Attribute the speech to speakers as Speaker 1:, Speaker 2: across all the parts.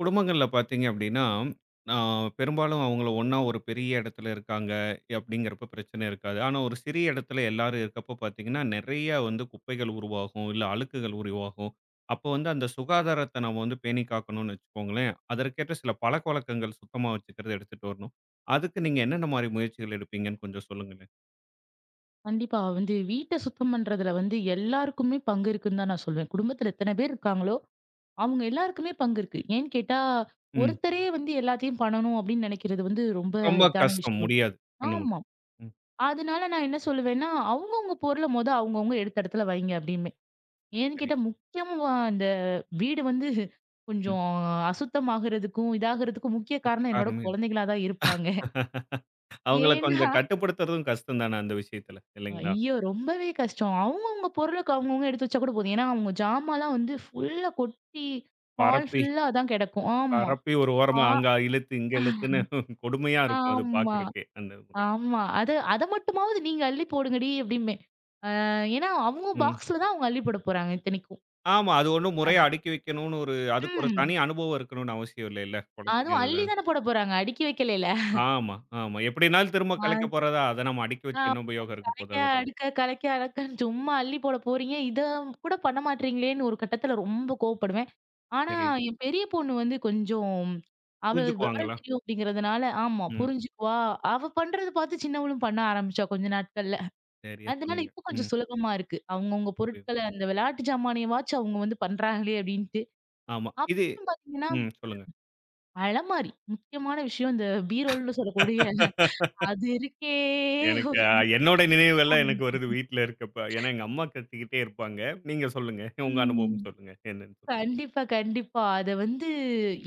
Speaker 1: குடும்பங்கள்ல பார்த்தீங்க அப்படின்னா, ஆ பெரும்பாலும் அவங்கள ஒண்ணா ஒரு பெரிய இடத்துல இருக்காங்க அப்படிங்கிறப்ப பிரச்சனை இருக்காது. ஆனா ஒரு சிறிய இடத்துல எல்லாரும் இருக்கப்போ பார்த்தீங்கன்னா, நெறைய வந்து குப்பைகள் உருவாகும், இல்ல அழுக்குகள் உருவாகும். அப்போ வந்து அந்த சுகாதாரத்த நம்ம வந்து பேணி காக்கணும்னு வச்சுக்கோங்களேன். அதற்கேற்ற சில பழக்கவழக்கங்கள் சுத்தமா வச்சுக்கிறத எடுத்துட்டு வரணும். அதுக்கு நீங்க என்னென்ன மாரி முயற்சிகள் எடுப்பீங்கன்னு கொஞ்சம் சொல்லுங்களேன்?
Speaker 2: கண்டிப்பா வந்து வீட்டை சுத்தம் பண்றதுல வந்து எல்லாருக்குமே பங்கு இருக்குன்னு தான் நான் சொல்வேன். குடும்பத்துல எத்தனை பேர் இருக்காங்களோ, அவங்க எல்லாருக்குமே பங்கு இருக்கு. ஏன்னு கேட்டா,
Speaker 1: ம்.
Speaker 2: ஒருத்தரே வந்து எல்லாத்தையும் பண்ணணும் அப்படின்னு நினைக்கிறது வந்து ரொம்ப
Speaker 1: ரொம்ப
Speaker 2: இதான
Speaker 1: கஷ்டம்.
Speaker 2: விஷயம்.
Speaker 1: முடியாது. பண்ண
Speaker 2: ஆமா.
Speaker 1: முடியாது. ம்.
Speaker 2: அதனால நான் என்ன சொல்லுவேன்னா, அவங்கவங்க பொருள மொத அவங்கவங்க எடுத்த இடத்துல வைங்க அப்படிம்பேன். ஏன்னு
Speaker 1: சரி.
Speaker 2: கேட்டா, முக்கியமா அந்த வீடு வந்து
Speaker 1: ம்.
Speaker 2: கொஞ்சம் அசுத்தமாகறதுக்கும், இதாகறதுக்கும் முக்கிய
Speaker 1: முக்கிய
Speaker 2: காரணம் என்னோட
Speaker 1: காரணமே இது.
Speaker 2: குழந்தைகளா தான் இருப்பாங்க.
Speaker 1: அவங்கள
Speaker 2: ஏன்னா
Speaker 1: கொஞ்சம் கட்டுப்படுத்துறதும் கஷ்டம் தானே அந்த விஷயத்துல. இல்லைங்களா?
Speaker 2: ஐயோ! ரொம்பவே கஷ்டம். அவங்கவங்க பொருளுக்கு அவங்கவங்க எடுத்து வச்சா கூட போதும். ஏன்னா, அவங்க ஜாமான்லாம் வந்து ஃபுல்லா கொட்டி ஹால்
Speaker 1: பரப்பி,
Speaker 2: ஃபுல்லா அதான் கிடக்கும். ஆமா.
Speaker 1: பரப்பி ஒரு
Speaker 2: ஆ,
Speaker 1: ஓரமா அங்க இழுத்து, இங்க இழுத்துன்னு கொடுமையா இருக்கும் அது
Speaker 2: ஆமா,
Speaker 1: பார்க்கறக்கே அந்த முறை.
Speaker 2: ஆமா. அத அத மட்டுமாவது நீங்க அள்ளி போடுங்கடி அப்டிம்பேன். ஏன்னா, அவங்க
Speaker 1: ம்.
Speaker 2: பாக்ஸ்ல தான் அவங்க அள்ளி போட போறாங்க இத்தனைக்கும்.
Speaker 1: ஆமா. அது ஒண்ணும் முறையா அடுக்கி வைக்கணும்னு ஒரு அதுக்கு ஒரு
Speaker 2: ம்.
Speaker 1: தனி அனுபவம் இருக்கணும்னு அவசியம் இல்லைல்ல. குழந்தைங்க
Speaker 2: அதுவும் அள்ளி
Speaker 1: இதுதான்.
Speaker 2: தானே போட போறாங்க. அடுக்கி வைக்கலைல.
Speaker 1: ஆமா, ஆமா. எப்படினாலும் திரும்ப கலைக்க போறதா, அத நம்ம அடுக்கி
Speaker 2: அ
Speaker 1: வச்சு என்ன உபயோகம் இருக்க போகுது
Speaker 2: கலக்க,
Speaker 1: அதுல.
Speaker 2: அடுக்க, கலக்க, அடக்கன்னு சும்மா அள்ளி போட போறீங்க. இத கூட பண்ண மாட்றீங்களேன்னு ஒரு கட்டத்துல ரொம்ப கோவப்படுவேன். ஆனா,
Speaker 1: சரி.
Speaker 2: என் பெரிய பொண்ணு வந்து கொஞ்சம் அவ விவரம்
Speaker 1: புரிஞ்சுக்குவாங்களா?
Speaker 2: தெரியும் அப்படிங்கிறதுனால ஆமா
Speaker 1: ம்.
Speaker 2: புரிஞ்சுக்குவா. அவ பண்றது பார்த்து சின்னவளும் பண்ண ஆரம்பிச்சா கொஞ்ச நாட்கள்ல.
Speaker 1: சரியா
Speaker 2: அதனால
Speaker 1: சொன்னீங்க.
Speaker 2: இப்ப கொஞ்சம்
Speaker 1: ம்.
Speaker 2: சுலபமா இருக்கு. அவங்கவங்க
Speaker 1: புரியுது.
Speaker 2: பொருட்கள அந்த விளையாட்டு ஜாமானையவாச்சும் அவங்க வந்து பண்றாங்களே அப்படின்ட்டு.
Speaker 1: ஆமா. இது
Speaker 2: அப்புறம் பார்த்தீங்கன்னா,
Speaker 1: ம். சொல்லுங்க.
Speaker 2: அலமாரி முக்கியமான விஷயம் இந்த பீரோல்ன்னு சொல்லக்கூடிய அது இருக்கே!
Speaker 1: எனக்கு என்னோட நினைவுகள்லாம்
Speaker 2: ஒரு
Speaker 1: எனக்கு வருது வீட்ல இருக்கப்ப. ஏன்னா எங்க அம்மா கத்திக்கிட்டே இருப்பாங்க. நீங்க சொல்லுங்க. உங்க
Speaker 2: ம்.
Speaker 1: அனுபவம் சொல்லுங்க. என்னன்னு சொல்லி.
Speaker 2: கண்டிப்பா, கண்டிப்பா. அத வந்து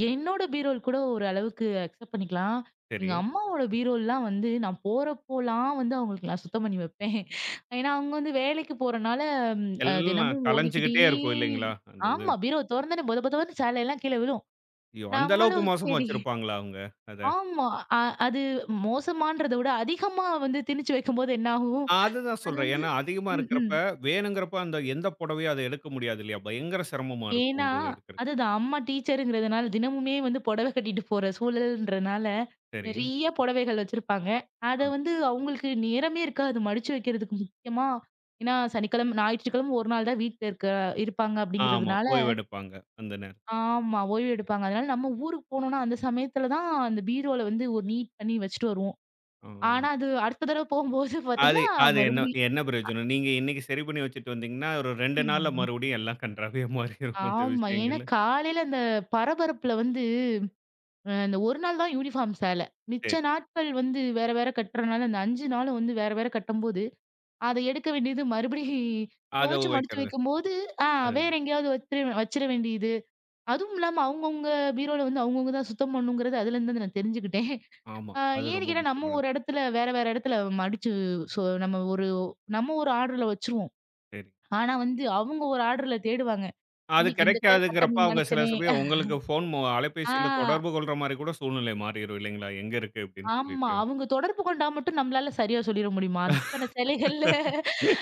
Speaker 2: என்னோட பீரோல் கூட ஒரு அளவுக்கு அக்செப்ட் பண்ணிக்கலாம்.
Speaker 1: சரி.
Speaker 2: எங்க அம்மாவோட பீரோல்லாம் வந்து நான் போறப்போலாம் வந்து அவங்களுக்கு நான் சுத்தம் பண்ணி வைப்பேன். ஏன்னா, அவங்க வந்து வேலைக்கு போறனால ம் அ
Speaker 1: எல்லாம்
Speaker 2: தினமும் ஓடிக்கிட்டே.
Speaker 1: கலஞ்சுகிட்டே இருக்கும் இல்லைங்களா? அந்த இது.
Speaker 2: ஆமா. பீரோ தொறந்தோனே பொத பொதன்னு சேலையெல்லாம் கீழ விழும்.
Speaker 1: ஐயோ! அந்த அளவுக்கு
Speaker 2: நம்மளும்
Speaker 1: மோசமா
Speaker 2: சரி.
Speaker 1: வச்சிருப்பாங்களா அவங்க அத?
Speaker 2: ஆமா. அ அது மோசமான்றத விட அதிகமா வந்து திணிச்சு வைக்கும்போது என்ன ஆகும்?
Speaker 1: அதுதான்
Speaker 2: அது
Speaker 1: சொல்றேன்.
Speaker 2: வந்து
Speaker 1: ஏன்னா அதிகமா
Speaker 2: ம், ம்.
Speaker 1: இருக்கிறப்ப, வேணுங்கிறப்ப அந்த எந்த புடவையும் அத எடுக்க முடியாது இல்லையா? பயங்கர சிரமமா இருக்கும்
Speaker 2: ஏன்னா,
Speaker 1: இந்த இது எடுக்கிறது.
Speaker 2: அதுதான் அம்மா டீச்சருங்கிறதுனால, தினமுமே வந்து புடவை கட்டிட்டு போற சூழல்ன்றனால,
Speaker 1: சரி.
Speaker 2: நெறைய புடவைகள் வச்சிருப்பாங்க. அத
Speaker 1: ம்.
Speaker 2: வந்து அவங்களுக்கு நேரமே இருக்காது மடிச்சு வைக்கிறதுக்கு முக்கியமா. ஏன்னா, சனிக்கிழமை, ஞாயிற்றுக்கிழமை ஒரு நாள் தான் வீட்ல இருக்க இருப்பாங்க
Speaker 1: ஆமா.
Speaker 2: அப்படிங்கிறதுனால.
Speaker 1: ஓய்வு எடுப்பாங்க அந்த நேரம்.
Speaker 2: ஆமா, ஓய்வு எடுப்பாங்க. அதனால நம்ம ஊருக்கு போனோம்னா, அந்த சமயத்துல தான் அந்த பீரோல வந்து ஒரு நீட் பண்ணி வச்சுட்டு வருவோம்.
Speaker 1: ம்.
Speaker 2: ஆனா, அது அடுத்த தடவ போகும்போது
Speaker 1: அது
Speaker 2: பார்த்தீங்கன்னா,
Speaker 1: அது என்ன
Speaker 2: மறுபடியும்
Speaker 1: என்ன பிரயோஜனம்? நீங்க இன்னைக்கு சரி பண்ணி வச்சுட்டு வந்தீங்கன்னா, ஒரு 2 நாள்ல மறுபடியும் எல்லாம் கண்றாவியா மாறிரும் அந்த
Speaker 2: ஆமா. ஏன்னா,
Speaker 1: விஷயங்கள்ல.
Speaker 2: காலையில அந்த பரபரப்புல வந்து இந்த ஒரு நாள் தான் யூனிஃபார்ம் சேல. மிச்ச
Speaker 1: சரி.
Speaker 2: நாட்கள் வந்து வேற வேற கட்டுறனால, அந்த 5 நாள் வந்து வேற வேற கட்டும்போது, அத எடுக்க வேண்டியது மறுபடியும்
Speaker 1: அத
Speaker 2: துவச்சு மடிச்சு
Speaker 1: வைக்கிறது.
Speaker 2: வைக்கும்போது, ஆ
Speaker 1: அது
Speaker 2: வேற எங்கேயாவது வச்சிர வச்சிர வேண்டியது. அதுவும் இல்லாம அவங்கவங்க பீரோல வந்து அவங்கவங்க தான் சுத்தம் பண்ணணுங்கிறது அதுலேருந்து தான் நான் தெரிஞ்சுக்கிட்டேன்.
Speaker 1: ஆமா.
Speaker 2: அ
Speaker 1: அது
Speaker 2: ஏன்னு
Speaker 1: ரொம்ப
Speaker 2: கேட்டா, நம்ம
Speaker 1: முக்கியமானது.
Speaker 2: ஒரு இடத்துல வேற வேற இடத்துல மடிச்சு, சோ, நம்ம ஒரு ஆர்டர்ல வச்சுருவோம்.
Speaker 1: சரி.
Speaker 2: ஆனா வந்து அவங்க ஒரு ஆர்டர்ல தேடுவாங்க.
Speaker 1: அது
Speaker 2: இன்னைக்கு இந்த கலர்
Speaker 1: கிடைக்காதுங்கிறப்ப,
Speaker 2: கட்டணும்னு
Speaker 1: அவங்க சில
Speaker 2: நினைச்சேனே.
Speaker 1: சமயம் உங்களுக்கு ஃபோன் அலைபேசியில
Speaker 2: ஆ.
Speaker 1: தொடர்பு கொள்ற மாரி கூட சூழ்நிலை மாறிரும் இல்லைங்களா? எங்க இருக்கு அப்படின்னு
Speaker 2: ஆமா.
Speaker 1: சொல்லிட்டு.
Speaker 2: அவங்க தொடர்பு கொண்டா மட்டும் நம்மளால சரியா சொல்லிற முடியுமா? அத்தன சிலைகள்ல.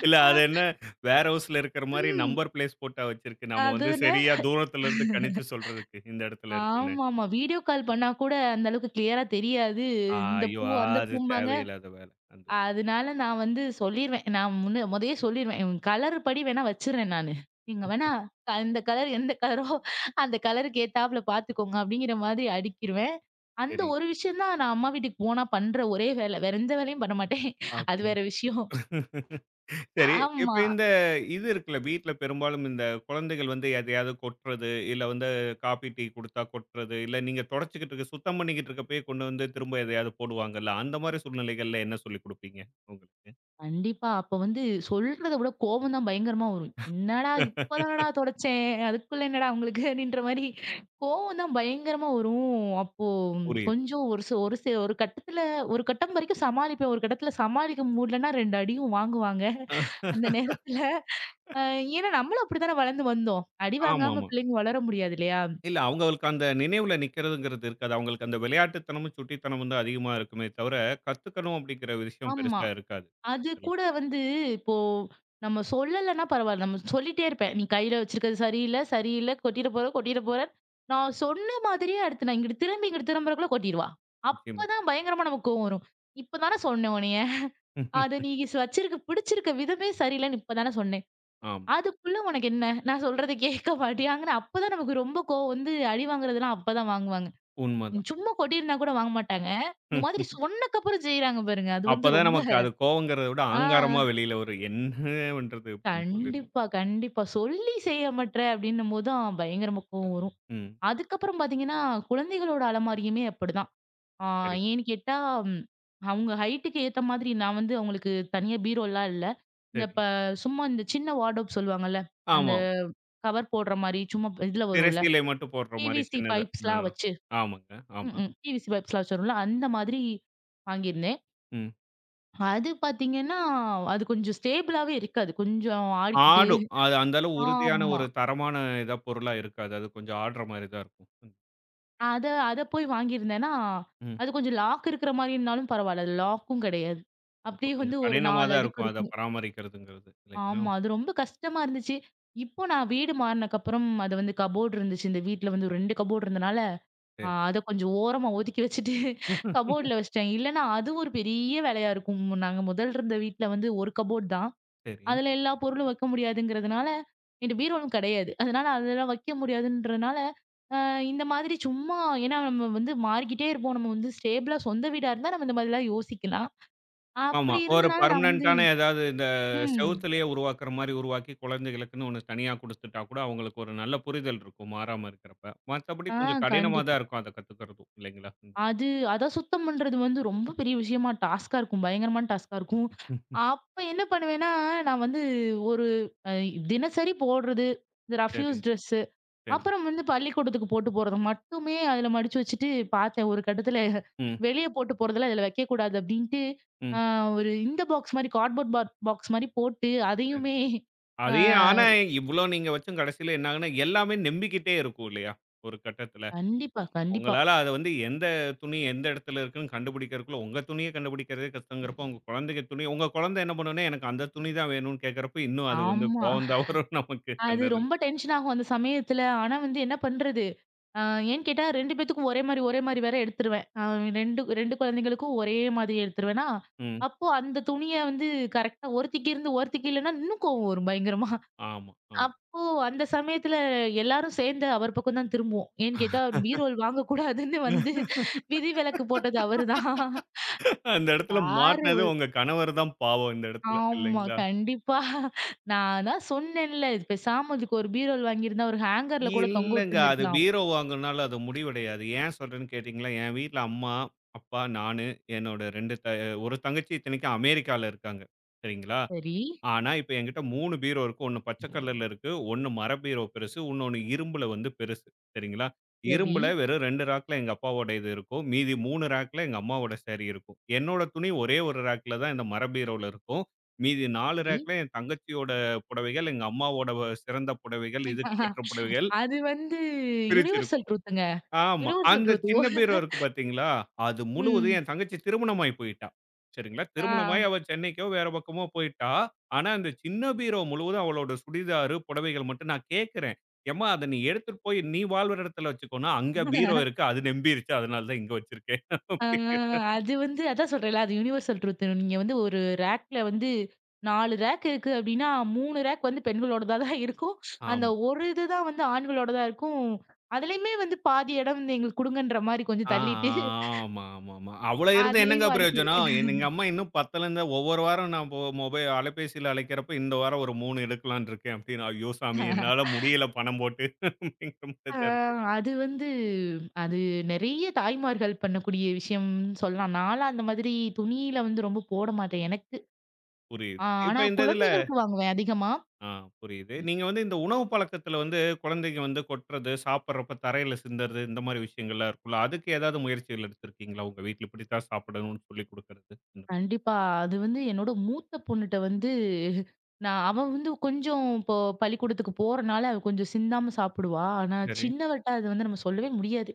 Speaker 1: இல்ல
Speaker 2: அ
Speaker 1: அது என்ன வேர் ஹவுஸ்ல இருக்கிற மாரி
Speaker 2: ம்.
Speaker 1: நம்பர் பிளேஸ் போட்டா வச்சிருக்கு. நம்ம வந்து
Speaker 2: அதுதானே.
Speaker 1: சரியா தூரத்துல இருந்து கணிச்சு சொல்றதுக்கு, இந்த இடத்துல இருக்குன்னு.
Speaker 2: ஆமாமா. வீடியோ கால் பண்ணா கூட அந்த அளவுக்கு கிளியரா தெரியாது.
Speaker 1: ஆ,
Speaker 2: இந்த
Speaker 1: ஐயோ!
Speaker 2: பூ, அந்த
Speaker 1: அது
Speaker 2: பூம்பாங்க.
Speaker 1: தேவையில்லாத வேலை. அந்த
Speaker 2: அதனால நான் வந்து சொல்லிருவேன். நான் முன்ன மொதயே சொல்லிருவேன். கலர் படி வேணா வச்சுர்றேன் நானு. நீங்க வேணா இந்த கலர் எந்த கலரோ அந்த கலருக்கு ஏத்தாப்ல பார்த்துக்கோங்க அப்படிங்கிற மாதிரி அடுக்கிருவேன். அந்த
Speaker 1: சரி.
Speaker 2: ஒரு விஷயம் தான் நான் அம்மா வீட்டுக்கு போனா பண்ற ஒரே வேலை. வேற எந்த வேலையும் பண்ண மாட்டேன். அது
Speaker 1: அப்படி.
Speaker 2: வேற விஷயம்.
Speaker 1: சரி. இப்ப
Speaker 2: ஆமா.
Speaker 1: இந்த இது இருக்குல்ல, வீட்ல பெரும்பாலும் இந்த குழந்தைகள் வந்து எதையாவது கொட்டுறது, இல்ல வந்து காப்பி, டீ குடுத்தா கொட்டுறது, இல்ல நீங்க தொடச்சுக்கிட்டு இருக்க சுத்தம் பண்ணிக்கிட்டு இருக்கப்பயே கொண்டு வந்து திரும்ப எதையாவது போடுவாங்கல்ல, அந்த மாரி சூழ்நிலைகள்ல என்ன சொல்லிக் குடுப்பீங்க உங்களுக்கு?
Speaker 2: கண்டிப்பா. அப்ப வந்து சொல்றத விட கோவம் தான் பயங்கரமா வரும். என்னடா இப்பதானடா தொடைச்சேன். அதுக்குள்ள என்னடா உங்களுக்கு அப்படின்ற மாரி கோவம் தான் பயங்கரமா வரும். அப்போ
Speaker 1: புரியுது.
Speaker 2: கொஞ்சம் ஒரு கட்டத்துல ஒரு கட்டம் வரைக்கும் சமாளிப்பேன். ஒரு கட்டத்துல சமாளிக்க முடியலன்னா 2 அடியும் வாங்குவாங்க. அந்த நேரத்துல அ ஏன்னா நம்மளும் அப்படித்தானே வளர்ந்து வந்தோம். அடி வாங்காம
Speaker 1: ஆமாமா.
Speaker 2: பிள்ளைங்க வளர முடியாது இல்லையா?
Speaker 1: இல்ல அவங்களுக்கு அந்த நினைவுல நிக்கிறதுங்கிறது இருக்காது. அவங்களுக்கு அந்த விளையாட்டுத்தனமும், சுட்டித்தனமும் தான் அதிகமா இருக்குமே தவிர, கத்துக்கணும் அப்படிங்கிற விஷயம்
Speaker 2: ஆமா.
Speaker 1: பெருசா இருக்காது.
Speaker 2: அது கூட வந்து இப்போ நம்ம சொல்லலன்னா பரவாயில்ல. நம்ம சொல்லிட்டே இருப்பேன். "நீ கையில வச்சிருக்கிறது சரியில்ல, சரியில்ல. கொட்டிட போற, கொட்டிட போற." நான் சொன்ன மாதிரியே அடுத்து நான் இங்கிட்டு திரும்பி, இங்கிட்டு திரும்புறக்குள்ள கொட்டிருவா.
Speaker 1: நிச்சயமா.
Speaker 2: அப்பதான் பயங்கரமா நமக்கு கோவம் வரும். "இப்பதானே சொன்னேன் உன்னைய. அத நீ வச்சிருக்க பிடிச்சிருக்க விதமே சரியில்லன்னு இப்பதானே சொன்னேன்.
Speaker 1: ஆமா.
Speaker 2: அதுக்குள்ள உனக்கு என்ன? நான் சொல்றத கேட்க மாட்டியாங்கன்னு." அப்பதான் நமக்கு ரொம்ப கோவம் வந்து அடி வாங்குறதெல்லாம் அப்பதான் வாங்குவாங்க. நீ
Speaker 1: உண்மதான்.
Speaker 2: சும்மா கொட்டியிருந்தா கூட வாங்க மாட்டாங்க. இந்த மாதிரி சொன்னக்கப்புறம் செய்றாங்க பாருங்க. அது வந்து
Speaker 1: அப்பதான்
Speaker 2: ரொம்ப.
Speaker 1: நமக்கு அது கோவங்கிறத விட
Speaker 2: ஆ.
Speaker 1: ஆங்காரமா வெளியில வரும். என்ன பண்றது அப்படின்னு சொல்லிட்டு.
Speaker 2: கண்டிப்பா, கண்டிப்பா. "சொல்லி செய்ய மாட்ற" அப்படின்னும்போது தான் பயங்கரமா கோவம் வரும்.
Speaker 1: ம்.
Speaker 2: அதுக்கப்புறம் பார்த்தீங்கன்னா, குழந்தைகளோட அலமாரியுமே அப்படிதான். ஆ
Speaker 1: சரி,
Speaker 2: ஏன்னு கேட்டா, ம் அவங்க ஹைட்டுக்கு ஏத்த மாதிரி நான் வந்து அவங்களுக்கு தனியா பீரோலாம் இல்ல. இந்த
Speaker 1: சரி.
Speaker 2: ப சும்மா இந்த சின்ன வார்ட்ரோப் சொல்லுவாங்கல்ல. அந்த
Speaker 1: ஆமா.
Speaker 2: கவர் போடுற மாரி சும்மா இதுல வரும்ல.
Speaker 1: திரைசீலை மட்டும் போடுற மாரி
Speaker 2: பிவிசி
Speaker 1: சின்னதா. ஆ.
Speaker 2: பைப்ஸ்லாம் வச்சு.
Speaker 1: ஆமாங்க. ஆமா.
Speaker 2: ம். பிவிசி பைப்ஸ்லாம் வச்சு வரும்ல. அந்த மாதிரி வாங்கியிருந்தேன்.
Speaker 1: ம்.
Speaker 2: அது பார்த்தீங்கன்னா, அது கொஞ்சம் ஸ்டேபிளாவே இருக்காது. கொஞ்சம் ஆடிக்கிட்டு.
Speaker 1: ஆடும். அது அந்த அளவு உறுதியான
Speaker 2: ஆமா.
Speaker 1: ஒரு தரமான இதா பொருளா இருக்காது. அது கொஞ்சம் ஆடுற மாரி தான் இருக்கும்.
Speaker 2: அத அத போய் வாங்கியிருந்தேன்னா,
Speaker 1: ம்.
Speaker 2: அது கொஞ்சம் லாக் இருக்கிற மாரி இருந்தாலும் பரவால்ல. அது லாக்கும் கிடையாது.
Speaker 1: அப்ப
Speaker 2: அப்படியே வந்து
Speaker 1: கொஞ்சம்
Speaker 2: ஒரு
Speaker 1: கடினமா
Speaker 2: 4
Speaker 1: தான்
Speaker 2: அடுக்கு
Speaker 1: இருக்கும். அத
Speaker 2: இருக்கும்.
Speaker 1: பராமரிக்கிறதுங்கிறது. இல்லைங்களா?
Speaker 2: ஆமா. அது ரொம்ப கஷ்டமா இருந்துச்சு. இப்போ நான் வீடு மாறுனக்கப்புறம் அது வந்து கபோர்டு இருந்துச்சு. இந்த வீட்ல வந்து 2 கபோர்டு இருந்தனால,
Speaker 1: சரி,
Speaker 2: அத கொஞ்சம் ஓரமா ஒதுக்கி வச்சுட்டு கபோர்டுல வச்சுட்டேன். இல்லன்னா அது ஒரு பெரிய வேலையா இருக்கும். நாங்க முதல் இருந்த வீட்ல வந்து 1 கபோர்டு தான்.
Speaker 1: சரி.
Speaker 2: அதுல எல்லா பொருளும் வைக்க முடியாதுங்கிறதுனால என்ட்ட பீரோவும் கிடையாது. அதனால அதெல்லாம் வைக்க முடியாதுன்றனால, அ இந்த மாதிரி சும்மா. ஏன்னா நம்ம வந்து மாறிக்கிட்டே இருப்போம். நம்ம வந்து ஸ்டேபிளா சொந்த வீடா இருந்தா நம்ம இந்த மாதிரிலாம் யோசிக்கலாம்.
Speaker 1: ஆமா.
Speaker 2: அப்படி
Speaker 1: ஒரு
Speaker 2: இருந்தனால நான் வந்து.
Speaker 1: பெர்மனன்ட்டான ஏதாவது இந்த
Speaker 2: ம்.
Speaker 1: செவுத்துலயே உருவாக்குற மாரி உருவாக்கி, குழந்தைகளுக்குன்னு ஒண்ணு தனியா குடுத்துட்டா கூட, அவங்களுக்கு ஒரு நல்ல புரிதல் இருக்கும், மாறாம இருக்கிறப்ப. மத்தபடி
Speaker 2: ஆ
Speaker 1: கொஞ்சம் கடினமா தான்
Speaker 2: கண்டிப்பா.
Speaker 1: இருக்கும், அத கத்துக்கிறதும் இல்லைங்களா? ம்.
Speaker 2: அது அத சுத்தம் பண்றது வந்து ரொம்ப பெரிய விஷயமா டாஸ்க்கா இருக்கும். பயங்கரமான டாஸ்க்கா இருக்கும்.
Speaker 1: ம்.
Speaker 2: அப்ப என்ன பண்ணுவேன்னா, நான் வந்து ஒரு அ தினசரி போடுறது, இந்த
Speaker 1: சரி,
Speaker 2: ரஃப்யூஸ் ட்ரெஸ்.
Speaker 1: சரி.
Speaker 2: அப்புறம் வந்து பள்ளிக்கூடத்துக்கு போட்டு போறது மட்டுமே அதுல மடிச்சு வச்சுட்டு பார்த்தேன் ஒரு கட்டத்துல.
Speaker 1: ம்,
Speaker 2: வெளிய போட்டு போறதெல்லாம் இதுல வைக்கக்கூடாது அப்படின்ட்டு, ஆ
Speaker 1: ம்.
Speaker 2: ஒரு இந்த பாக்ஸ் மாரி கார்ட்போர்ட் பாக்ஸ் மாரி போட்டு
Speaker 1: சரி.
Speaker 2: அதையுமே. ஆ
Speaker 1: அதையும் ஆனா இவ்ளோ நீங்க வச்சும் கடைசியில என்ன ஆகும்னா, எல்லாமே நம்பிக்கிட்டே இருக்கும் இல்லையா? ஒரு கட்டத்துல.
Speaker 2: கண்டிப்பா, கண்டிப்பா.
Speaker 1: உங்களால அத வந்து எந்த துணி எந்த இடத்துல இருக்குன்னு கண்டுபிடிக்கிறதுக்குள்ள, உங்க துணிய கண்டுபிடிக்கிறதே கஷ்டங்கிறப்போ, உங்க குழந்தைங்க துணி உங்க குழந்தை என்ன பண்ணும்னா, எனக்கு அந்த துணி தான் வேணும்னு கேட்கிறப்ப, இன்னும் அது வந்து
Speaker 2: ஆமா.
Speaker 1: கோவம் தான் வரும் நமக்கு அந்த
Speaker 2: அது
Speaker 1: இதுல.
Speaker 2: ரொம்ப டென்ஷன் ஆகும் அந்த சமயத்துல. ஆனா வந்து என்ன பண்றது? ஆ ஏன்னு கேட்டா 2 பேத்துக்கும் ஒரே மாரி ஒரே மாரி வேற எடுத்துருவேன். 2 2 குழந்தைகளுக்கும் ஒரே மாதிரி எடுத்துருவேனா,
Speaker 1: ம்.
Speaker 2: அப்போ அந்த துணிய வந்து கரெக்ட்டா ஒருத்திக்கு இருந்து ஒருத்திக்கு இல்லன்னா இன்னும் கோவம் வரும் பயங்கரமா.
Speaker 1: ஆமா, ஆமா.
Speaker 2: அப்போ அந்த சமயத்துல எல்லாரும் சேர்ந்து அவர் பக்கம் தான் திரும்புவோம். ஏன்னு கேட்டா பீரோல் வாங்கக்கூடாதுன்னு வந்து விதிவிலக்கு போட்டது அவருதான்.
Speaker 1: அந்த இடத்துல
Speaker 2: பாரு
Speaker 1: மாட்னது
Speaker 2: ஒரு
Speaker 1: உங்க கணவர் தான் பாவம் இந்த இடத்துல
Speaker 2: ஆமா,
Speaker 1: இல்லைங்களா?
Speaker 2: கண்டிப்பா. நான் தான் சொன்னேன்ல, இது பேசாம இதுக்கு ஒரு பீரோல் வாங்கியிருந்தா ஒரு ஹேங்கர்ல கூட தொங்க
Speaker 1: இல்லங்க. அது
Speaker 2: விட்டுருந்துருக்கலாம்.
Speaker 1: பீரோ வாங்குனால அது முடிவடையாது. ஏன் சொல்றேன்னு கேட்டீங்களா, என் வீட்ல அம்மா, அப்பா, நானு, என்னோட 2 ஒரு தங்கச்சி இத்தனைக்கும் அமெரிக்கால இருக்காங்க. சரிங்களா?
Speaker 2: சரி,
Speaker 1: ஆனா, இப்ப என்கிட்ட 3 பீரோ இருக்கு. 1 பச்சை கலர்ல இருக்கு. 1 மர பீரோ பெருசு. இன்னொன்னு இரும்புல வந்து பெருசு. சரிங்களா?
Speaker 2: சரி,
Speaker 1: இரும்புல வெறும் 2 ரேக்ல எங்க அப்பாவோட இது இருக்கும். மீதி 3 ரேக்ல எங்க அம்மாவோட சாரி இருக்கும். என்னோட துணி ஒரே ஒரு ரேக்ல தான் இந்த மர பீரோல இருக்கும். மீதி 4
Speaker 2: சரி.
Speaker 1: ரேக்ல என் தங்கச்சியோட புடவைகள், எங்க அம்மாவோட சிறந்த புடவைகள், இதுக்கு கற்ற புடவைகள்
Speaker 2: அது வந்து யுனிவர்சல்
Speaker 1: பிரிச்சிருக்கும்.
Speaker 2: ட்ரூத்துங்க.
Speaker 1: ஆமா.
Speaker 2: யுனிவர்சல்
Speaker 1: அந்த
Speaker 2: ட்ரூத்.
Speaker 1: சின்ன பீரோ இருக்கு பார்த்தீங்களா, அது
Speaker 2: ஓ, ம்.
Speaker 1: முழுவதும் என் தங்கச்சி திருமணமாயி போயிட்டா. சரிங்களா,
Speaker 2: ஆ.
Speaker 1: திருமணமாயி அவ சென்னைக்கோ வேற பக்கமோ போயிட்டா. ஆனா, அந்த சின்ன பீரோ முழுவதும் அவளோட சுடிதாரு, புடவைகள் மட்டும் நான் கேட்கிறேன். "எம்மா அத நீ எடுத்துட்டு போய் நீ வாழ்ற இடத்துல வச்சுக்கோன்னா, அங்க பீரோ இருக்கு அது நெம்பிருச்சு அதனால தான் இங்க வச்சிருக்கேன்."
Speaker 2: ஆ அது வந்து அதான் சொல்றேன்ல. அது யுனிவர்சல் ட்ரூத். நீங்க வந்து ஒரு ரேக்ல வந்து 4 ரேக் இருக்கு அப்டின்னா, 3 ரேக் வந்து பெண்களோடதா தான் இருக்கும். அந்த
Speaker 1: ஆமா.
Speaker 2: ஒரு இதுதான் வந்து ஆண்களோடதா இருக்கும். அதுலயுமே வந்து பாதி இடம் வந்து எங்களுக்கு குடுங்கன்ற மாரி
Speaker 1: ஆ,
Speaker 2: கொஞ்சம் தள்ளிட்டு,
Speaker 1: ஆமா, ஆமாமா. அவ்வளோ இருந்து என்னங்க
Speaker 2: அதுலயும் அடிக்குது.
Speaker 1: பிரயோஜனம்? என் எங்க அம்மா இன்னும் பத்தலன்னு ஒவ்வொரு வாரம் நான் மொபைல் அலைபேசியில அழைக்கிறப்ப, இந்த வாரம் ஒரு 3 எடுக்கலான்னு இருக்கேன் அப்படின்னு. ஐயோ சாமி! என்னால முடியல பணம் போட்டு அப்படிங்கிற மாரி
Speaker 2: ஆ
Speaker 1: தான் இருக்கு.
Speaker 2: அது வந்து அது நெறைய தாய்மார்கள் பண்ணக்கூடிய விஷயம்னு சொல்லலாம். நான்லாம் அந்த மாதிரி துணியில வந்து ரொம்ப போட மாட்டேன் எனக்கு.
Speaker 1: புரியுது. இப்ப
Speaker 2: ஆனா
Speaker 1: இந்த இதுல
Speaker 2: குழந்தைகளுக்கு வாங்குவேன் அதிகமா.
Speaker 1: ஆ புரியுது. நீங்க வந்து இந்த உணவு பழக்கத்துல வந்து குழந்தைங்க வந்து கொட்டுறது, சாப்பிடுறப்ப தரையில சிந்தறது, இந்த மாரி விஷயங்கள்லாம் இருக்கும்ல. அதுக்கு ஏதாவது முயற்சிகள் எடுத்திருக்கீங்களா? உங்க வீட்ல இப்படித்தான் சாப்பிடணும்னு சொல்லிக் குடுக்கறது. ம்.
Speaker 2: கண்டிப்பா. அது வந்து என்னோட மூத்த பொண்ணுட்ட வந்து நான் அவ வந்து கொஞ்சம் இப்போ பள்ளிக்கூடத்துக்கு போறனால, அவ கொஞ்சம் சிந்தாம சாப்பிடுவா. ஆனா
Speaker 1: சரி.
Speaker 2: சின்னவட்ட அது வந்து நம்ம சொல்லவே முடியாது.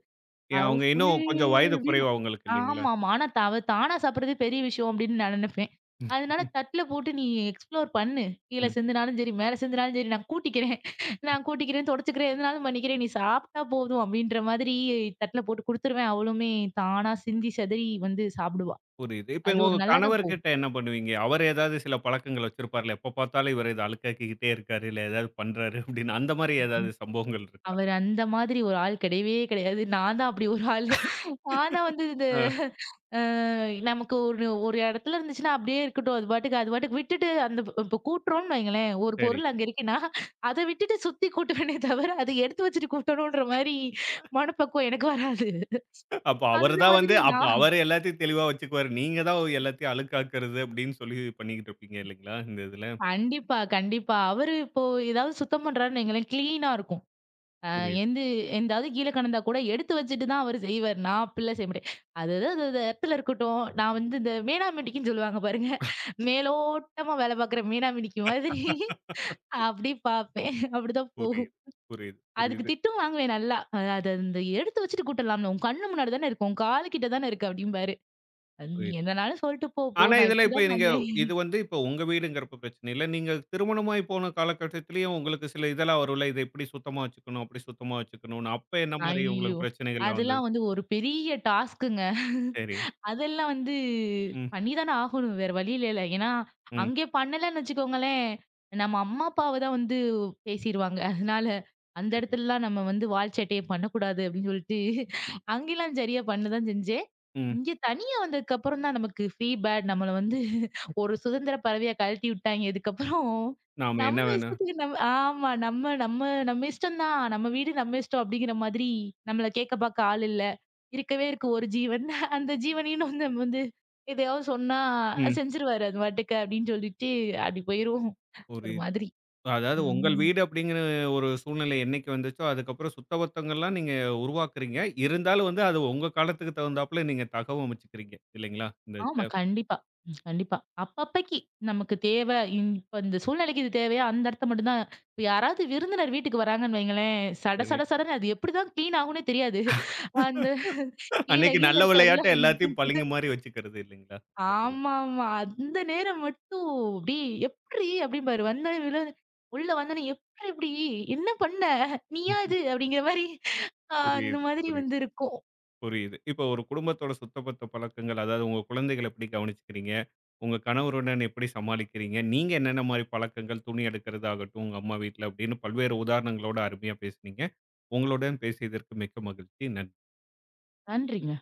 Speaker 1: ஏன்
Speaker 2: அவ
Speaker 1: அவங்க
Speaker 2: ஃபுல்
Speaker 1: இன்னும் கொஞ்சம் வயது குறைவு
Speaker 2: வீடும்.
Speaker 1: அவங்களுக்கு இல்லைங்களா?
Speaker 2: ஆமாமா. ஆனா அவ தானா சாப்பிடுறதே பெரிய விஷயம் அப்படின்னு நான் நினைப்பேன். அதனால தட்ல போட்டு நீ எக்ஸ்ப்ளோர் பண்ணு. கீழ
Speaker 1: ம்.
Speaker 2: சிந்துனாலும் சரி, மேல சிந்துனாலும் சரி நான் கூட்டிக்கிறேன். நான் கூட்டிக்கிறேன், தொடச்சுக்கிறேன், எதுனாலும் பண்ணிக்கிறேன். நீ சாப்பிட்டா போதும் அப்படின்ற மாதிரி தட்ல போட்டு குடுத்துருவேன். அவளுமே தானா சிந்தி செதறி வந்து சாப்பிடுவா.
Speaker 1: புரியுது. இப்ப
Speaker 2: அது ஒரு
Speaker 1: உங்க
Speaker 2: நல்லா தான் போகும்.
Speaker 1: கணவர்கிட்ட என்ன பண்ணுவீங்க? அவரு ஏதாவது சில பழக்கங்கள் வச்சிருப்பார்ல, எப்ப பார்த்தாலும் இவரு இத அழுக்காக்கிக்கிட்டே இருக்காரு, இல்ல ஏதாவது பண்றாரு அப்படின்னு அந்த மாரி ஏதாவது சம்பவங்கள் இருக்கா?
Speaker 2: அவரு அந்த மாதிரி ஒரு ஆள் கிடையவே கிடையாது. நான் தான் அப்படி ஒரு ஆளு. நான் தான் வந்து இது
Speaker 1: ஆ
Speaker 2: அ நமக்கு ஒரு ஒரு இடத்துல இருந்துச்சுன்னா அப்படியே இருக்கட்டும். அது பாட்டுக்கு அது பாட்டுக்கு விட்டுட்டு அந்த இப்ப கூட்டுறோம்னு வைங்களேன். ஒரு
Speaker 1: சரி.
Speaker 2: பொருள் அங்க இருக்குன்னா, அத விட்டுட்டு சுத்தி கூட்டுவேனே தவிர, அத எடுத்து வச்சுட்டு கூட்டணும்ன்ற மாரி மனப்பக்குவம் எனக்கு வராது.
Speaker 1: அப்ப அவரு
Speaker 2: அந்த
Speaker 1: தான் வந்து
Speaker 2: மாதிரி
Speaker 1: அப்ப
Speaker 2: நான்.
Speaker 1: அவரு எல்லாத்தையும் தெளிவா வச்சுக்குவாரு. நீங்க தான் எல்லாத்தையும் அழுக்காக்குறது அப்படின்னு சொல்லி பண்ணிக்கிட்டு இருப்பீங்க இல்லைங்களா? இந்த இதுல.
Speaker 2: கண்டிப்பா, கண்டிப்பா. அவரு இப்போ ஏதாவது சுத்தம் பண்றாருன்னு வைங்களேன், கிளீனா இருக்கும். அ
Speaker 1: புரியுது.
Speaker 2: எந்து எந்தாவது கீழ கிடந்தா கூட எடுத்து வச்சுட்டு தான் அவரு செய்வாரு. நான் அப்டிலாம் செய்ய மாட்டேன். அது அது அது அது எடத்துல இருக்கட்டும். நான் வந்து இந்த மேனாமிட்டிக்குன்னு சொல்லுவாங்க பாருங்க. மேலோட்டமா வேல பார்க்குற மேனாமிட்டிக்கு மாதிரி அப்டி பார்ப்பேன். அப்டிதான் போகும்.
Speaker 1: புரியுது. புரியுது,
Speaker 2: அதுக்கு
Speaker 1: புரியுது,
Speaker 2: திட்டும் வாங்குவேன் நல்லா. அது அந்த எடுத்து வச்சுட்டு கூட்டலாம்ல. உன் கண்ணு முன்னாடி தானே இருக்கு. உன் காது கிட்ட தானே இருக்கு அப்டிம்பாரு. அது நீ
Speaker 1: புரியுது.
Speaker 2: என்னனாலும் சொல்ட்டு போ, போ.
Speaker 1: ஆனா,
Speaker 2: நான்
Speaker 1: இதெல்லாம் இப்ப
Speaker 2: இப்டிதான்
Speaker 1: நீங்க
Speaker 2: பண்ணுவேன்.
Speaker 1: இது வந்து இப்ப உங்க வீடுங்கிறப்ப பிரச்சனை இல்ல. நீங்க திருமணமாயி போன காலகட்டத்திலயும் உங்களுக்கு சில இதெல்லாம் வரும்ல. இத இப்படி சுத்தமா வச்சுக்கணும், அப்படி சுத்தமா வச்சுக்கணும்னு. அப்ப என்ன மாரி
Speaker 2: ஐயோ!
Speaker 1: உங்களுக்கு பிரச்சனைகள்லாம் வந்தது?
Speaker 2: அதெல்லாம் வந்து ஒரு பெரிய டாஸ்க்குங்க.
Speaker 1: சரி.
Speaker 2: அதெல்லாம் வந்து
Speaker 1: ம்,
Speaker 2: பண்ணிதானே ஆகணும். வேற வழி இல்லைல. ஏன்னா,
Speaker 1: ம்.
Speaker 2: அங்கே பண்ணலன்னு வச்சுக்கோங்களேன், நம்ம அம்மா, அப்பாவ தான் வந்து பேசிருவாங்க. அதனால அந்த
Speaker 1: சரி.
Speaker 2: இடத்துலலாம் நம்ம வந்து வால் சேட்டைய பண்ணக்கூடாது அப்படின்னு சொல்லிட்டு, அங்கேலாம் சரியா பண்ண தான் செஞ்சேன்.
Speaker 1: ம்.
Speaker 2: இங்க தனியா வந்ததுக்கப்புறம் தான் நமக்கு ஃப்ரீ பேட் நம்மள வந்து ஒரு சுதந்திர பறவையா கழட்டி விட்டாய்ங்க. இதுக்கப்புறம்
Speaker 1: நாம என்ன
Speaker 2: நம்ம
Speaker 1: வேணும்?
Speaker 2: இஷ்டத்துக்கு நம்ம. ஆமா. நம்ம நம்ம நம்ம இஷ்டம் தான். நம்ம வீடு நம்ம இஷ்டம் அப்படிங்கிற மாதிரி நம்மள கேட்க பாக்க ஆள் இல்ல. இருக்கவே இருக்கு ஒரு ஜீவன். அந்த ஜீவனையும் வந்து நம்ம வந்து எதையாவது சொன்னா
Speaker 1: ம்.
Speaker 2: செஞ்சுருவாரு அது பாட்டுக்கு அப்படின்னு சொல்லிட்டு அப்படி போயிருவோம். ஒரு
Speaker 1: புரியுது.
Speaker 2: மாதிரி.
Speaker 1: அதாவது உங்கள்
Speaker 2: ம்.
Speaker 1: வீடு அப்படிங்கிற ஒரு சூழ்நிலை என்னைக்கு வந்துச்சோ, அதுக்கப்புறம் சுத்தபத்தங்கள்லாம் நீங்க உருவாக்குறீங்க. இருந்தாலும் வந்து அது உங்க காலத்துக்கு தகுந்தாப்புல நீங்க தகவமைச்சுக்கிறீங்க. இல்லைங்களா? இந்த
Speaker 2: ஆமா.
Speaker 1: இதுல.
Speaker 2: கண்டிப்பா. ம். கண்டிப்பா. அப்பப்பக்கி நமக்கு தேவை. இப்ப இந்த சூழ்நிலைக்கு இது தேவையா? அந்த இடத்த மட்டும் தான். இப்ப யாராவது விருந்தினர் வீட்டுக்கு வராங்கன்னு வைங்களேன், சட
Speaker 1: சரி.
Speaker 2: சட சடன்னு அது எப்படிதான் கிளீன் ஆகும்னே தெரியாது. அந்த கீழ
Speaker 1: அன்னைக்கு
Speaker 2: கீழ
Speaker 1: நல்ல
Speaker 2: இருக்க எல்லா.
Speaker 1: விளையாட்டு எல்லாத்தையும் பளிங்கு மாரி வச்சுக்கிறது இல்லைங்களா? இந்த இதுல.
Speaker 2: ஆமாமா. அந்த நேரம் மட்டும் அப்டி எப்ட்ரி அப்டிம்பாரு. வந்தோனே உள்ள வந்தோனே எப்ட்ரி இப்டி? என்ன பண்ண? நீயா இது? அப்டிங்கிற மாரி அந்த
Speaker 1: புரியுது,
Speaker 2: மாதிரி
Speaker 1: புரியுது,
Speaker 2: வந்து இருக்கும்.
Speaker 1: புரியுது. இப்ப ஒரு குடும்பத்தோட சுத்தபத்த பழக்கங்கள், அதாவது உங்க குழந்தைகள எப்படி கவனிச்சுக்கிறீங்க? உங்க கணவருடன் எப்படி சமாளிக்கிறீங்க? நீங்க என்னென்ன மாரி பழக்கங்கள், துணி எடுக்கிறது ஆகட்டும், உங்க அம்மா வீட்ல அப்படின்னு பல்வேறு உதாரணங்களோட அருமையா பேசுனீங்க. உங்களுடன் பேசியதற்கு மிக்க மகிழ்ச்சி. நன்றி.
Speaker 2: நன்றிங்க.